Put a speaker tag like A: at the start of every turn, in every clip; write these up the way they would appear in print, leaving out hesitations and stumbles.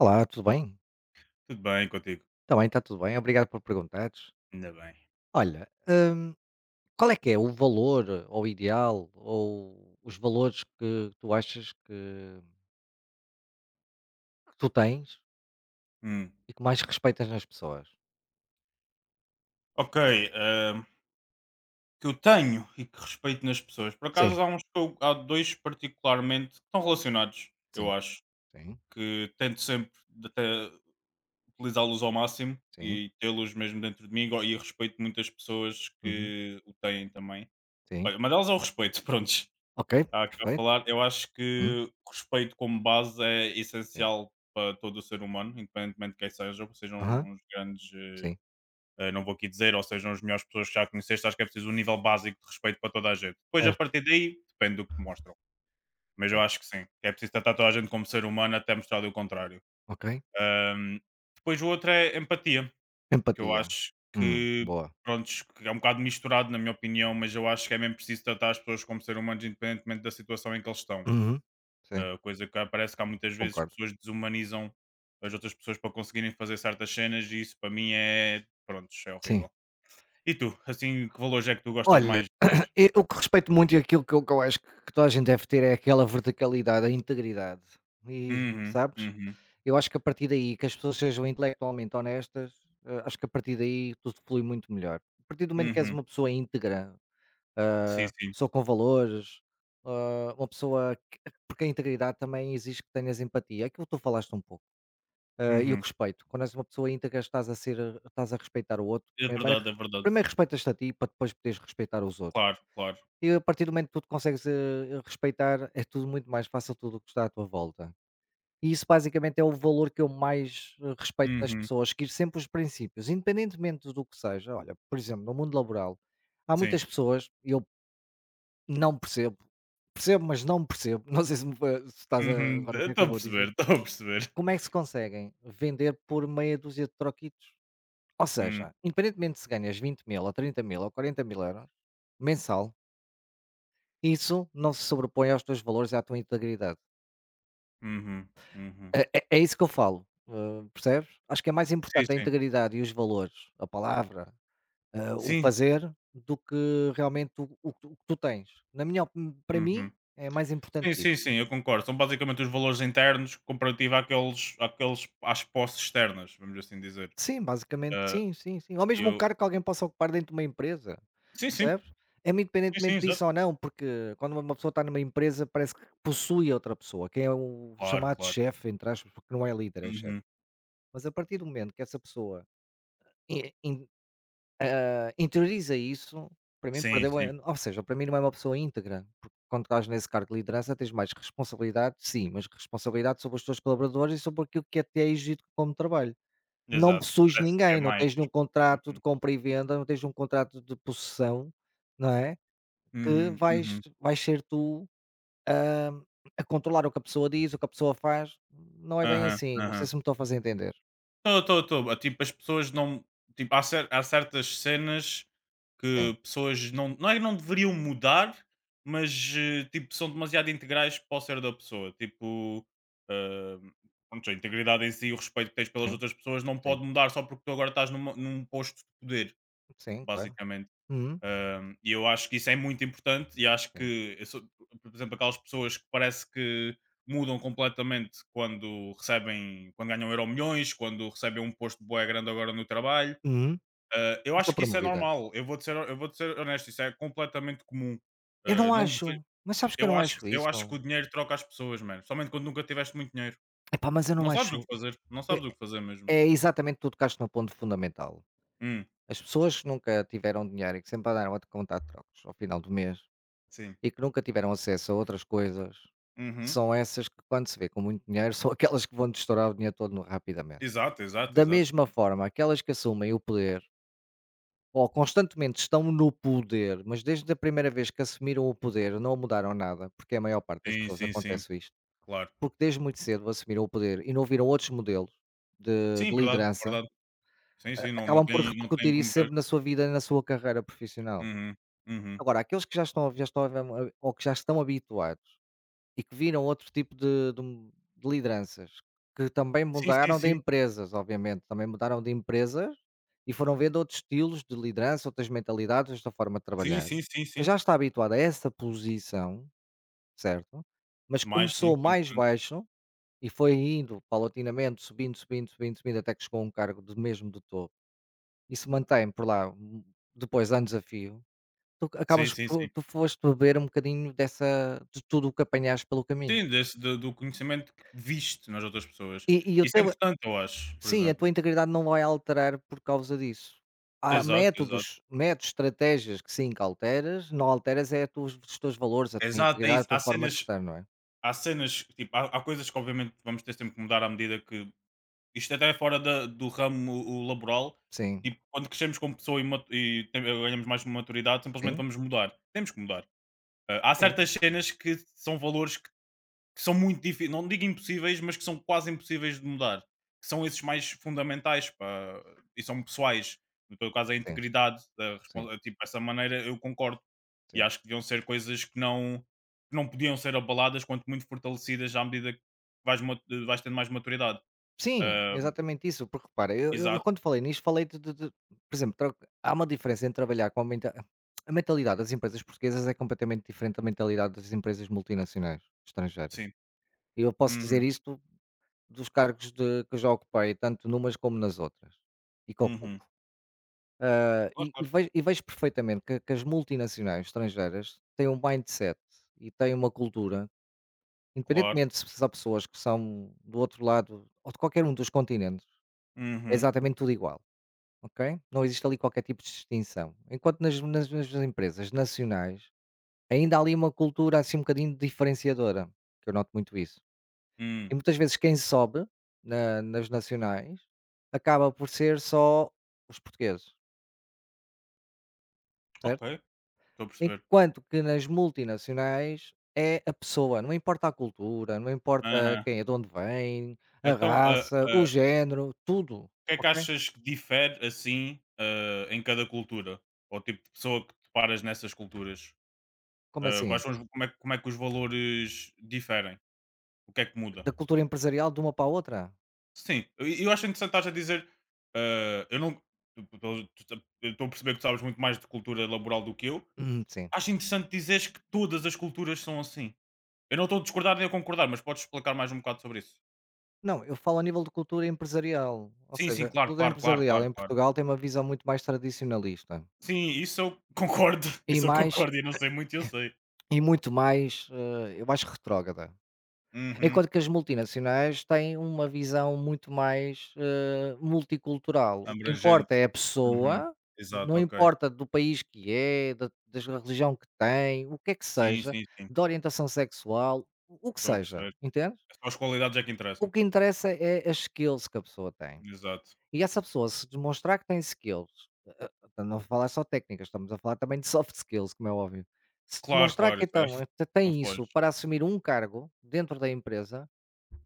A: Olá, tudo bem?
B: Tudo bem contigo?
A: Também está tudo bem, obrigado por perguntares.
B: Ainda bem.
A: Olha, qual é que é o valor ou ideal ou os valores que tu achas que tu tens
B: Hum.
A: e que mais respeitas nas pessoas?
B: Ok, ahm, que eu tenho e que respeito nas pessoas. Por
A: Sim,
B: acaso há dois particularmente que estão relacionados, eu
A: sim,
B: acho,
A: sim,
B: que tento sempre de até utilizá-los ao máximo
A: sim,
B: e tê-los mesmo dentro de mim igual- e respeito muitas pessoas
A: uhum,
B: que o têm também.
A: sim.
B: Olha, uma delas é o respeito, prontos.
A: Ok,
B: Está aqui a
A: perfeito.
B: falar. Eu acho
A: Uhum,
B: que o respeito como base é
A: sim,
B: essencial para todo o ser humano, independentemente de quem seja, sejam
A: aham,
B: uns grandes.
A: sim,
B: Não vou aqui dizer, ou sejam as melhores pessoas que já conheceste, acho que é preciso um nível básico de respeito para toda a gente. Depois, a
A: certo,
B: partir daí, depende do que mostram. Mas
A: sim,
B: eu acho que sim, que é preciso tratar toda a gente como ser humano até mostrar o contrário.
A: ok.
B: Um, depois o outro é empatia, que eu
A: Empatia.
B: acho que,
A: Boa.
B: pronto, que é um bocado misturado na minha opinião, mas eu acho que é mesmo preciso tratar as pessoas como ser humanos independentemente da situação em que eles estão.
A: Uhum, sim,
B: Coisa que parece que há muitas vezes
A: concordo.
B: pessoas desumanizam as outras pessoas para conseguirem fazer certas cenas e isso para mim é, pronto, é
A: Sim.
B: horrível. E tu? Assim, que valores é que tu gostas
A: Olha,
B: mais de ver?
A: e o que respeito muito e aquilo que eu acho que toda a gente deve ter é aquela verticalidade, a integridade. E,
B: Uhum,
A: sabes?
B: uhum,
A: Eu acho que a partir daí, que as pessoas sejam intelectualmente honestas, acho que a partir daí tudo flui muito melhor. A partir do momento que és
B: uhum.
A: uma pessoa íntegra,
B: Sim, sim.
A: pessoa com valores, uma pessoa que porque a integridade também exige que tenhas empatia, é aquilo que tu falaste um pouco, e o
B: Uhum.
A: respeito. Quando és uma pessoa íntegra, estás a respeitar o outro.
B: É
A: Primeiro
B: verdade, é verdade.
A: primeiro respeitas-te a ti para depois poderes respeitar os outros.
B: Claro, claro.
A: E a partir do momento que tu te consegues, respeitar, é tudo muito mais fácil tudo o que está à tua volta. E isso basicamente é o valor que eu mais, respeito nas
B: Uhum.
A: pessoas, seguir sempre os princípios, independentemente do que seja. Olha, por exemplo, no mundo laboral, há
B: Sim.
A: muitas pessoas, e eu não percebo, percebo, mas não percebo, não sei se, me va se estás a
B: Uhum.
A: agora o que é que
B: Estou
A: eu
B: a
A: vou
B: perceber,
A: dizer,
B: estou a perceber.
A: como é que se conseguem vender por meia dúzia de troquitos? Ou
B: Hum.
A: seja, independentemente se ganhas 20.000 ou 30.000 ou 40.000 euros mensal isso não se sobrepõe aos teus valores e à tua integridade.
B: Uhum, uhum.
A: É isso que eu falo, percebes? Acho que é mais
B: Sim,
A: importante a
B: sim.
A: integridade e os valores, a palavra, o
B: Sim.
A: fazer, do que realmente o que tu tens. Na minha opi Para
B: Uhum.
A: mim, é mais importante
B: Sim,
A: isso.
B: sim, sim, eu concordo. São basicamente os valores internos comparativo àqueles, às posses externas, vamos assim dizer.
A: Sim, basicamente
B: Ah,
A: sim, sim, sim. Ou mesmo um
B: eu...
A: cargo que alguém possa ocupar dentro de uma empresa,
B: Sim, sim.
A: percebes? É
B: Sim, sim,
A: independentemente disso
B: exato.
A: ou não, porque quando uma pessoa está numa empresa parece que possui a outra pessoa, que é o
B: Claro,
A: chamado
B: claro.
A: chefe, entre aspas, porque não é líder, é chefe.
B: Uhum.
A: Mas a partir do momento que essa pessoa E in interioriza isso, para mim
B: Sim,
A: perdeu é
B: sim.
A: ou seja, para mim não é uma pessoa íntegra, porque quando estás nesse cargo de liderança tens mais responsabilidade, sim, mas responsabilidade sobre os teus colaboradores e sobre aquilo que até é exigido como trabalho. Não
B: Exato.
A: possuis
B: Parece que é
A: ninguém, não
B: mais.
A: tens nenhum contrato de
B: Uhum.
A: compra e venda, não tens um contrato de possessão, não é, que
B: Uhum,
A: vais
B: uhum.
A: vais ser tu a controlar o que a pessoa diz, o que a pessoa faz, não é bem
B: Aham,
A: assim, não sei
B: aham.
A: se me estou a fazer entender.
B: Estou, estou, estou. Tipo, as pessoas não. Tipo, há certas cenas
A: Sim,
B: que pessoas não. Não é que não deveriam mudar, mas tipo, são demasiado integrais para o ser da pessoa. Tipo, eh, pronto, a integridade em si e o respeito que tens pelas
A: sim,
B: outras pessoas não
A: sim,
B: pode mudar só porque tu agora estás num posto de poder,
A: sim, claro.
B: basicamente.
A: Uhum,
B: Um, e eu acho que isso é muito importante e acho
A: sim.
B: que, por exemplo, aquelas pessoas que parece que mudam completamente quando recebem, quando ganham euro milhões, quando recebem um posto bué grande agora no trabalho.
A: Uhum.
B: Eu
A: Eu sou
B: acho que isso é
A: promovida.
B: normal. Eu vou ser honesto, isso é completamente comum.
A: Eu não
B: Não deve-
A: acho, mas sabes que eu não acho
B: eu
A: isso?
B: acho que o dinheiro troca as pessoas, mano. Somente quando nunca tiveste muito dinheiro.
A: Epá, mas eu não
B: Não sabes o
A: acho
B: que fazer. Não
A: é
B: sabes o que fazer mesmo.
A: é exatamente tu tocaste no ponto fundamental.
B: Hum,
A: As pessoas que nunca tiveram dinheiro e que sempre andaram a te contar trocos ao final do mês
B: sim.
A: e que nunca tiveram acesso a outras coisas,
B: Uhum.
A: são essas que quando se vê com muito dinheiro, são aquelas que vão te estourar o dinheiro todo no rapidamente.
B: Exato, exato,
A: Da
B: exato.
A: mesma forma, aquelas que assumem o poder ou constantemente estão no poder, mas desde a primeira vez que assumiram o poder não mudaram nada, porque a maior parte das
B: Sim,
A: pessoas
B: sim, sim.
A: acontece isto.
B: Claro.
A: Porque desde muito cedo assumiram o poder e não viram outros modelos de
B: Sim,
A: de
B: verdade,
A: liderança,
B: verdade. Sim,
A: a
B: sim, não
A: acabam por
B: tem não
A: repercutir
B: tem como
A: isso
B: ver.
A: sempre na sua vida e na sua carreira profissional.
B: Uhum, uhum.
A: Agora, aqueles que ou que já estão habituados e que viram outro tipo de lideranças, que também
B: Sim, sim,
A: mudaram de
B: sim.
A: empresas, obviamente, também mudaram de empresas e foram vendo outros estilos de liderança, outras mentalidades, outra forma de
B: Sim,
A: trabalhar.
B: sim, sim, sim.
A: Já está habituado a essa posição, certo? Mas
B: Mais sim,
A: começou mais
B: 100%.
A: baixo e foi indo paulatinamente, subindo, subindo, subindo, subindo, até que chegou a um cargo do mesmo do topo e se mantém por lá, depois anos a fio, tu
B: Sim,
A: acabas
B: sim,
A: por
B: sim.
A: tu foste beber um bocadinho dessa de tudo o que apanhaste pelo caminho.
B: Sim, desse do conhecimento que viste nas outras pessoas.
A: E o
B: Isso é
A: teu
B: importante, eu acho, por
A: sim, a tua
B: exemplo.
A: integridade não vai alterar por causa disso. Há
B: Exato, exato.
A: métodos, estratégias que sim, que alteras, não alteras é tu os teus valores, a tua
B: Exato, é
A: integridade, a
B: isso.
A: tua forma de estar, não é?
B: Há cenas tipo, há coisas que obviamente vamos ter sempre que mudar à medida que isto até é fora da do ramo o laboral, tipo, quando crescemos como pessoa e tem ganhamos mais maturidade, simplesmente
A: Sim,
B: vamos mudar. Temos que mudar. Ah, há
A: sim,
B: certas cenas que são valores que são muito difíceis, não digo impossíveis, mas que são quase impossíveis de mudar. Que são esses mais fundamentais pá, e são pessoais. No teu caso, a
A: sim,
B: integridade,
A: sim,
B: tipo, essa maneira eu concordo. E
A: sim.
B: acho que deviam ser coisas que não podiam ser abaladas, quanto muito fortalecidas à medida que vais, ma- vais tendo mais maturidade.
A: Sim,
B: Ah,
A: exatamente isso, porque repara, eu
B: exato,
A: quando falei nisto, falei de por exemplo, tro há uma diferença entre trabalhar com a menta a mentalidade das empresas portuguesas é completamente diferente da mentalidade das empresas multinacionais estrangeiras.
B: sim.
A: E eu posso dizer
B: Uhum,
A: isto dos cargos de que eu já ocupei, tanto numas como nas outras, e que
B: uhum.
A: ocupo.
B: Claro, claro.
A: E vejo perfeitamente que as multinacionais estrangeiras têm um mindset e têm uma cultura,
B: Claro.
A: independentemente se há pessoas que são do outro lado ou de qualquer um dos continentes, é
B: Uhum,
A: exatamente tudo igual. Ok? Não existe ali qualquer tipo de distinção. Enquanto nas empresas nacionais ainda há ali uma cultura assim um bocadinho diferenciadora, que eu noto muito isso.
B: hum.
A: E muitas vezes quem sobe nas nacionais acaba por ser só os portugueses,
B: Ok,
A: certo?
B: estou a perceber.
A: Enquanto que nas multinacionais é a pessoa, não importa a cultura, não importa
B: Aham.
A: quem é, de onde vem, a
B: Então,
A: raça, o género, tudo,
B: que é que
A: ok?
B: achas que difere assim em cada cultura? Ou tipo de pessoa que te paras nessas culturas?
A: Como assim?
B: Como é que os valores diferem? O que é que muda?
A: Da cultura empresarial de uma para a outra?
B: Sim, eu acho interessante estás a dizer. Eh, eu não. Estou a perceber que tu sabes muito mais de cultura laboral do que eu.
A: Sim.
B: Acho interessante dizeres que todas as culturas são assim. Eu não estou a discordar nem a concordar, mas podes explicar mais um bocado sobre isso.
A: Não, eu falo a nível de cultura empresarial, ou
B: Sim,
A: seja,
B: sim,
A: a
B: claro,
A: cultura
B: claro, claro,
A: empresarial
B: claro,
A: em
B: claro.
A: Portugal tem uma visão muito mais tradicionalista
B: Sim, isso eu concordo.
A: e
B: Isso eu
A: mais
B: concordo e não sei muito, eu
A: eh,
B: sei.
A: e muito mais, eu acho retrógrada.
B: Uhum.
A: Enquanto que as multinacionais têm uma visão muito mais, multicultural. O que importa
B: Abrangente.
A: é a
B: Uhum.
A: pessoa, não
B: Exato, ok.
A: importa do país que é, da da religião que tem, o que é que
B: Sim,
A: seja,
B: sim, sim.
A: da orientação sexual, o que
B: Estou a
A: seja,
B: perceber.
A: entendes?
B: É só as qualidades é que interessam.
A: O que interessa é as skills que a pessoa tem.
B: Exato.
A: E essa pessoa se demonstrar que tem skills, portanto não falar só técnicas, estamos a falar também de soft skills, como é óbvio. Se
B: Claro,
A: demonstrar
B: claro,
A: que
B: isso é. Não se
A: tem
B: pode.
A: isso para assumir um cargo dentro da empresa,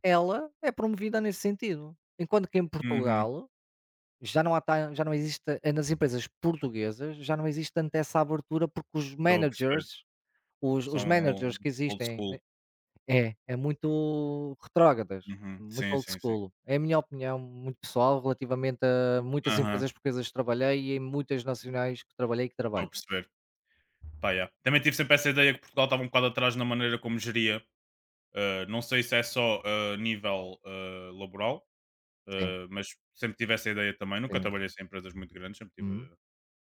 A: ela é promovida nesse sentido. Enquanto que em
B: Uhum.
A: Portugal já não, há, já não existe, nas empresas portuguesas, já não existe tanto essa abertura porque os
B: Estou a perceber.
A: managers, os managers
B: São
A: que
B: old
A: existem
B: school.
A: é, é muito retrógradas,
B: Uhum.
A: muito
B: Sim,
A: old
B: sim, sim.
A: school. É a minha opinião muito pessoal relativamente a muitas
B: Aham.
A: empresas portuguesas que trabalhei e em muitas nacionais que trabalhei e que
B: Estou a
A: trabalho.
B: perceber. Pá, yeah. Também tive sempre essa ideia que Portugal estava um bocado atrás na maneira como geria. Não sei se é só a nível laboral,
A: Sim,
B: mas sempre tive essa ideia também. Nunca
A: sim.
B: trabalhei em empresas muito grandes, sempre tive
A: Uhum.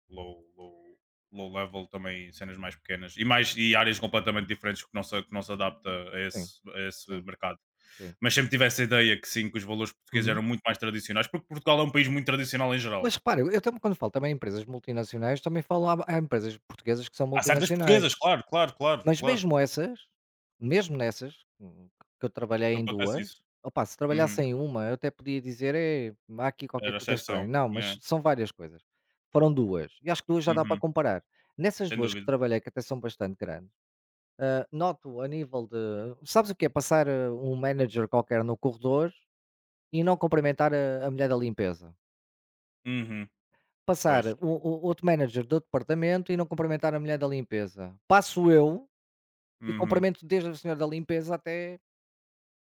B: low, low, low level também cenas mais pequenas e áreas completamente diferentes que não se adapta
A: Sim,
B: a esse
A: sim,
B: mercado.
A: sim.
B: Mas sempre tive essa ideia que sim, que os valores portugueses
A: Uhum.
B: eram muito mais tradicionais, porque Portugal é um país muito tradicional em geral.
A: Mas repara, eu também quando falo também em empresas multinacionais, também falo há empresas portuguesas que são
B: Há certas portuguesas,
A: multinacionais.
B: claro, claro, claro,
A: Mas
B: claro.
A: mesmo essas, mesmo nessas, que eu trabalhei em
B: Acontece isso.
A: 2, opa, se
B: Uhum.
A: trabalhasse em uma eu até podia dizer: "É, há aqui qualquer
B: Era
A: coisa
B: exceção.
A: estranha". Não,
B: Yeah.
A: mas são várias coisas. Foram 2 e acho que 2 já dá para
B: Uhum.
A: comparar. Nessas
B: Sem
A: 2 que
B: dúvida.
A: trabalhei, que até são bastante grandes, noto a nível de sabes o que é passar, um manager qualquer no corredor e não cumprimentar a mulher da limpeza?
B: Uhum.
A: Passar
B: Pois.
A: o outro manager do departamento e não cumprimentar a mulher da limpeza. Passo eu e
B: Uhum.
A: cumprimento desde a senhora da limpeza até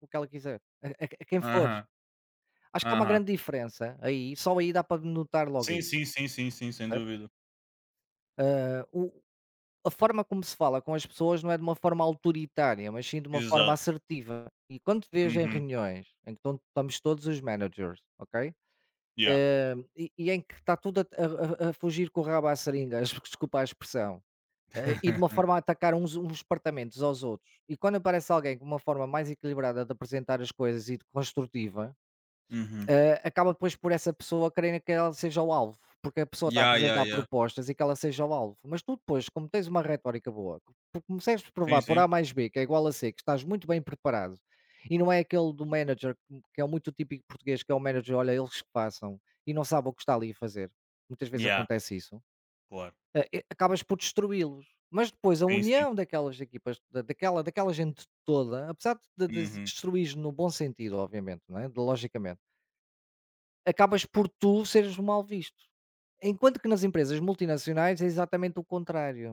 A: o que ela quiser, a quem for.
B: Aham.
A: Acho que há uma
B: Aham.
A: grande diferença aí, só aí dá para notar logo
B: Sim,
A: isso,
B: sim, sim, sim, sim, sem
A: percebes?
B: dúvida.
A: Ah, o a forma como se fala com as pessoas não é de uma forma autoritária, mas sim de uma forma
B: Exato.
A: assertiva. E quando te vejo em
B: Uhum.
A: reuniões, em que estão estamos todos os managers, ok?
B: Yeah.
A: E em que está tudo a fugir com o rabo à seringa, desculpa a expressão, e de uma forma a atacar uns departamentos aos outros. E quando aparece alguém com uma forma mais equilibrada de apresentar as coisas e de construtiva,
B: Uhum.
A: Acaba depois por essa pessoa querer que ela seja o alvo, porque a pessoa está a
B: Yeah, yeah,
A: apresentar
B: yeah.
A: propostas e que ela seja o alvo. Mas tu depois, como tens uma retórica boa, consegues
B: Sim,
A: provar por
B: sim.
A: A mais B que é igual a C, que estás muito bem preparado, e não é aquele do manager que é muito típico português, que é o manager, olha, eles que passam e não sabem o que está ali a fazer. Muitas vezes
B: Yeah,
A: acontece isso.
B: claro.
A: Acabas por destruí-los. Mas depois a
B: Sim, sim.
A: união daquelas equipas, daquela gente toda, apesar de
B: Uhum.
A: destruir no bom sentido, obviamente, não é? De, logicamente acabas por tu seres mal visto. Enquanto que nas empresas multinacionais é exatamente o contrário.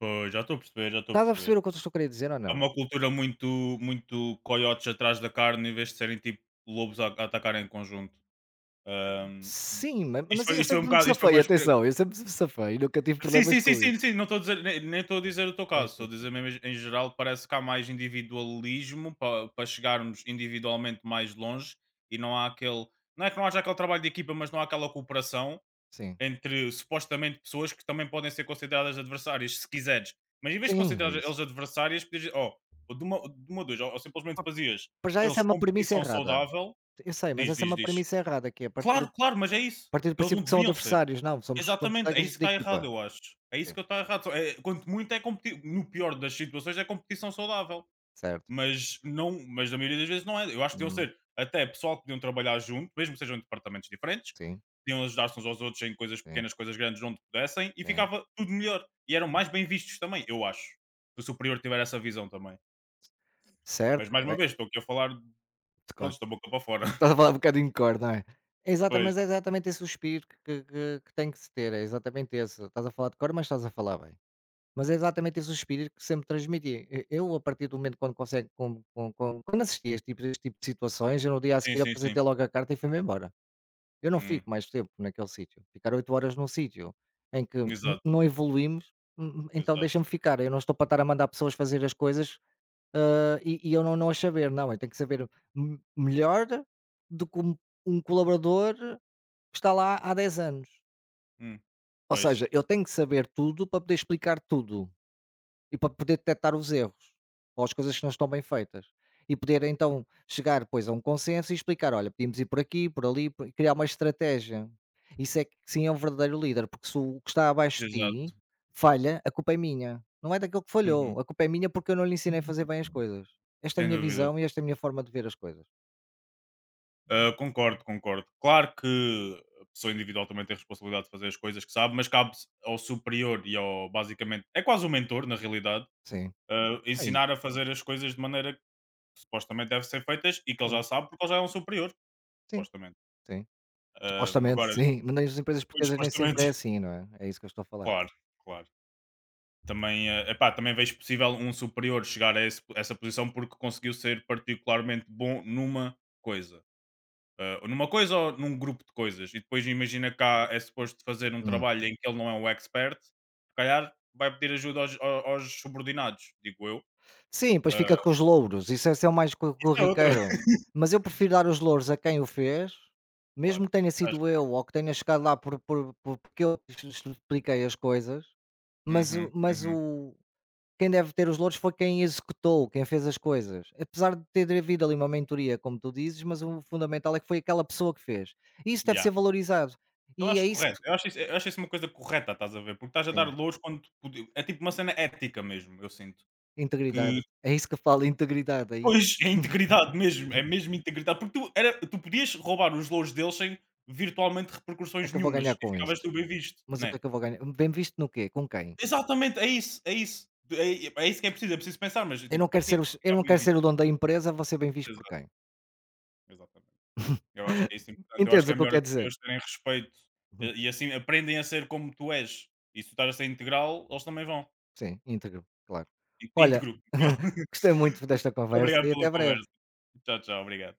B: Pois, já estou a perceber, já estou a
A: Estás a
B: perceber.
A: perceber o que eu te estou a querer dizer ou
B: Há
A: não?
B: uma cultura muito, muito coiotes atrás da carne em vez de serem tipo lobos a atacarem em conjunto. Ahm,
A: Sim, ma mas eu sempre me
B: isto foi
A: safei,
B: uma experiência.
A: atenção, eu sempre me safei e nunca tive
B: Sim,
A: problemas
B: sim, sim,
A: com isso.
B: sim, sim. Não estou a dizer, nem estou a
A: Sim,
B: dizer o teu
A: sim,
B: caso, estou
A: sim,
B: a
A: sim.
B: dizer mesmo em geral, parece que há mais individualismo para chegarmos individualmente mais longe e não há aquele. Não é que não haja aquele trabalho de equipa, mas não há aquela cooperação
A: Sim,
B: entre supostamente pessoas que também podem ser consideradas adversárias, se quiseres. Mas em vez de
A: sim, é
B: considerar
A: isso.
B: eles adversárias, podias, ó, de uma ou duas, ou simplesmente
A: Pa
B: fazias
A: para já essa
B: eles
A: é uma premissa
B: competição
A: errada.
B: saudável,
A: Eu sei, mas
B: diz,
A: essa é
B: diz,
A: uma
B: diz.
A: premissa errada, que é
B: Claro, claro, mas é isso.
A: a partir do
B: Eles
A: princípio
B: não
A: que são
B: deveriam ser.
A: adversários, não, somos
B: Exatamente, é
A: colegas
B: isso
A: de
B: que está
A: equipa.
B: errado, eu acho. É isso
A: Sim,
B: que está errado. Quanto muito é competir, no pior das situações, é competição saudável,
A: certo.
B: mas não, mas na maioria das vezes não é. Eu acho que deviam
A: Uhum.
B: ser até pessoal que podiam trabalhar junto, mesmo que sejam em departamentos diferentes,
A: Sim,
B: podiam ajudar-se uns aos outros em coisas
A: sim,
B: pequenas, coisas grandes, onde pudessem, e
A: sim,
B: ficava tudo melhor. E eram
A: sim.
B: mais bem vistos também, eu acho. Se o superior tiver essa visão também. Mas
A: Certo,
B: mais uma
A: é,
B: vez, estou aqui a falar,
A: claro.
B: pronto, da boca para fora.
A: Estás a falar um bocadinho de cor, não é? É Exata
B: Pois,
A: mas é exatamente esse o espírito que tem que se ter, é exatamente esse. Estás a falar de cor, mas estás a falar bem. Mas é exatamente esse o espírito que sempre transmiti. E eu, a partir do momento quando consegue com quando assisti a este tipo de situações, eu no dia a
B: sim,
A: seguir
B: sim, sim.
A: apresentei logo a carta e fui-me embora. Eu não
B: Hum,
A: fico mais tempo naquele sítio. Ficar 8 horas num sítio em que n
B: exato,
A: não evoluímos, então
B: exato.
A: deixa-me ficar. Eu não estou para estar a mandar pessoas fazer as coisas eu não não as saber, não, eu tenho que saber m melhor do que um colaborador que está lá há 10 anos.
B: Hum,
A: Ou seja,
B: pois,
A: eu tenho que saber tudo para poder explicar tudo. E para poder detectar os erros, ou as coisas que não estão bem feitas. E poder então chegar depois a um consenso e explicar: olha, podíamos ir por aqui, por ali, criar uma estratégia. Isso é que sim é um verdadeiro líder, porque se o que está abaixo de ti
B: exato.
A: falha, a culpa é minha. Não é daquele que
B: Uhum.
A: falhou, a culpa é minha porque eu não lhe ensinei a fazer bem as coisas. Esta é a
B: Sem
A: minha
B: dúvida.
A: visão e esta é a minha forma de ver as coisas.
B: Ah, concordo, concordo. Claro que a pessoa individual também tem a responsabilidade de fazer as coisas que sabe, mas cabe ao superior e ao basicamente é quase o mentor, na realidade,
A: Sim, é isso.
B: ensinar a fazer as coisas de maneira que supostamente devem ser feitas e que ele já
A: Sim,
B: sabe porque ele já é um superior,
A: sim,
B: supostamente.
A: sim.
B: Ah,
A: Supostamente
B: agora,
A: sim, mas nas empresas
B: pois,
A: portuguesas nem sempre
B: supostamente,
A: é assim, não é? É isso que eu estou a falar.
B: claro, claro. Também, ah, epá, também vejo possível um superior chegar a essa posição porque conseguiu ser particularmente bom numa coisa. Ou numa coisa ou num grupo de coisas, e depois imagina cá é suposto fazer um trabalho em que ele não é um expert, se calhar vai pedir ajuda aos subordinados, digo eu.
A: Sim, depois fica
B: Eh,
A: com os louros, isso esse é o mais co
B: isso é outra,
A: corriqueiro. Mas eu prefiro dar os louros a quem o fez,
B: claro.
A: mesmo que tenha sido
B: Acho-
A: eu ou que tenha chegado lá porque eu ex expliquei as coisas,
B: uhum,
A: mas
B: uhum,
A: o quem deve ter os louros foi quem executou, quem fez as coisas. Apesar de ter havido ali uma mentoria, como tu dizes, mas o fundamental é que foi aquela pessoa que fez. E isso deve
B: yeah.
A: ser valorizado.
B: Eu
A: E é
B: acho
A: isso
B: correto,
A: que
B: eu acho isso uma coisa correta, estás a ver? Porque estás a dar
A: sim,
B: louros é tipo uma cena ética mesmo, eu sinto.
A: integridade,
B: Que
A: é isso que eu falo, integridade, é isso.
B: pois é integridade mesmo, é mesmo integridade, porque tu podias roubar os louros deles sem virtualmente
A: É
B: repercussões
A: que eu vou
B: nenhumas
A: ganhar
B: e
A: com isso.
B: ficavas tu bem visto,
A: Mas o que
B: né?
A: é que eu vou ganhar? Bem visto no quê? Com quem?
B: Exatamente, é isso, é isso. É isso que é preciso pensar, mas tipo, para quê
A: Eu
B: ficar
A: não
B: bem
A: quero ser o
B: visto?
A: dono da empresa, vou ser bem visto por
B: Exato,
A: quem?
B: exatamente. Eu acho que é isso importante, eu acho
A: Entendes
B: que
A: o
B: é
A: que eu
B: melhor as
A: quero dizer?
B: pessoas terem respeito,
A: Uhum.
B: e assim aprendem a ser como tu és, e se tu estás a ser integral, eles também vão.
A: Sim, íntegro, claro. Olha,
B: Íntegro, integral.
A: gostei muito desta
B: Muito
A: conversa
B: obrigado
A: e
B: pela
A: até breve.
B: conversa. Tchau, tchau, obrigado.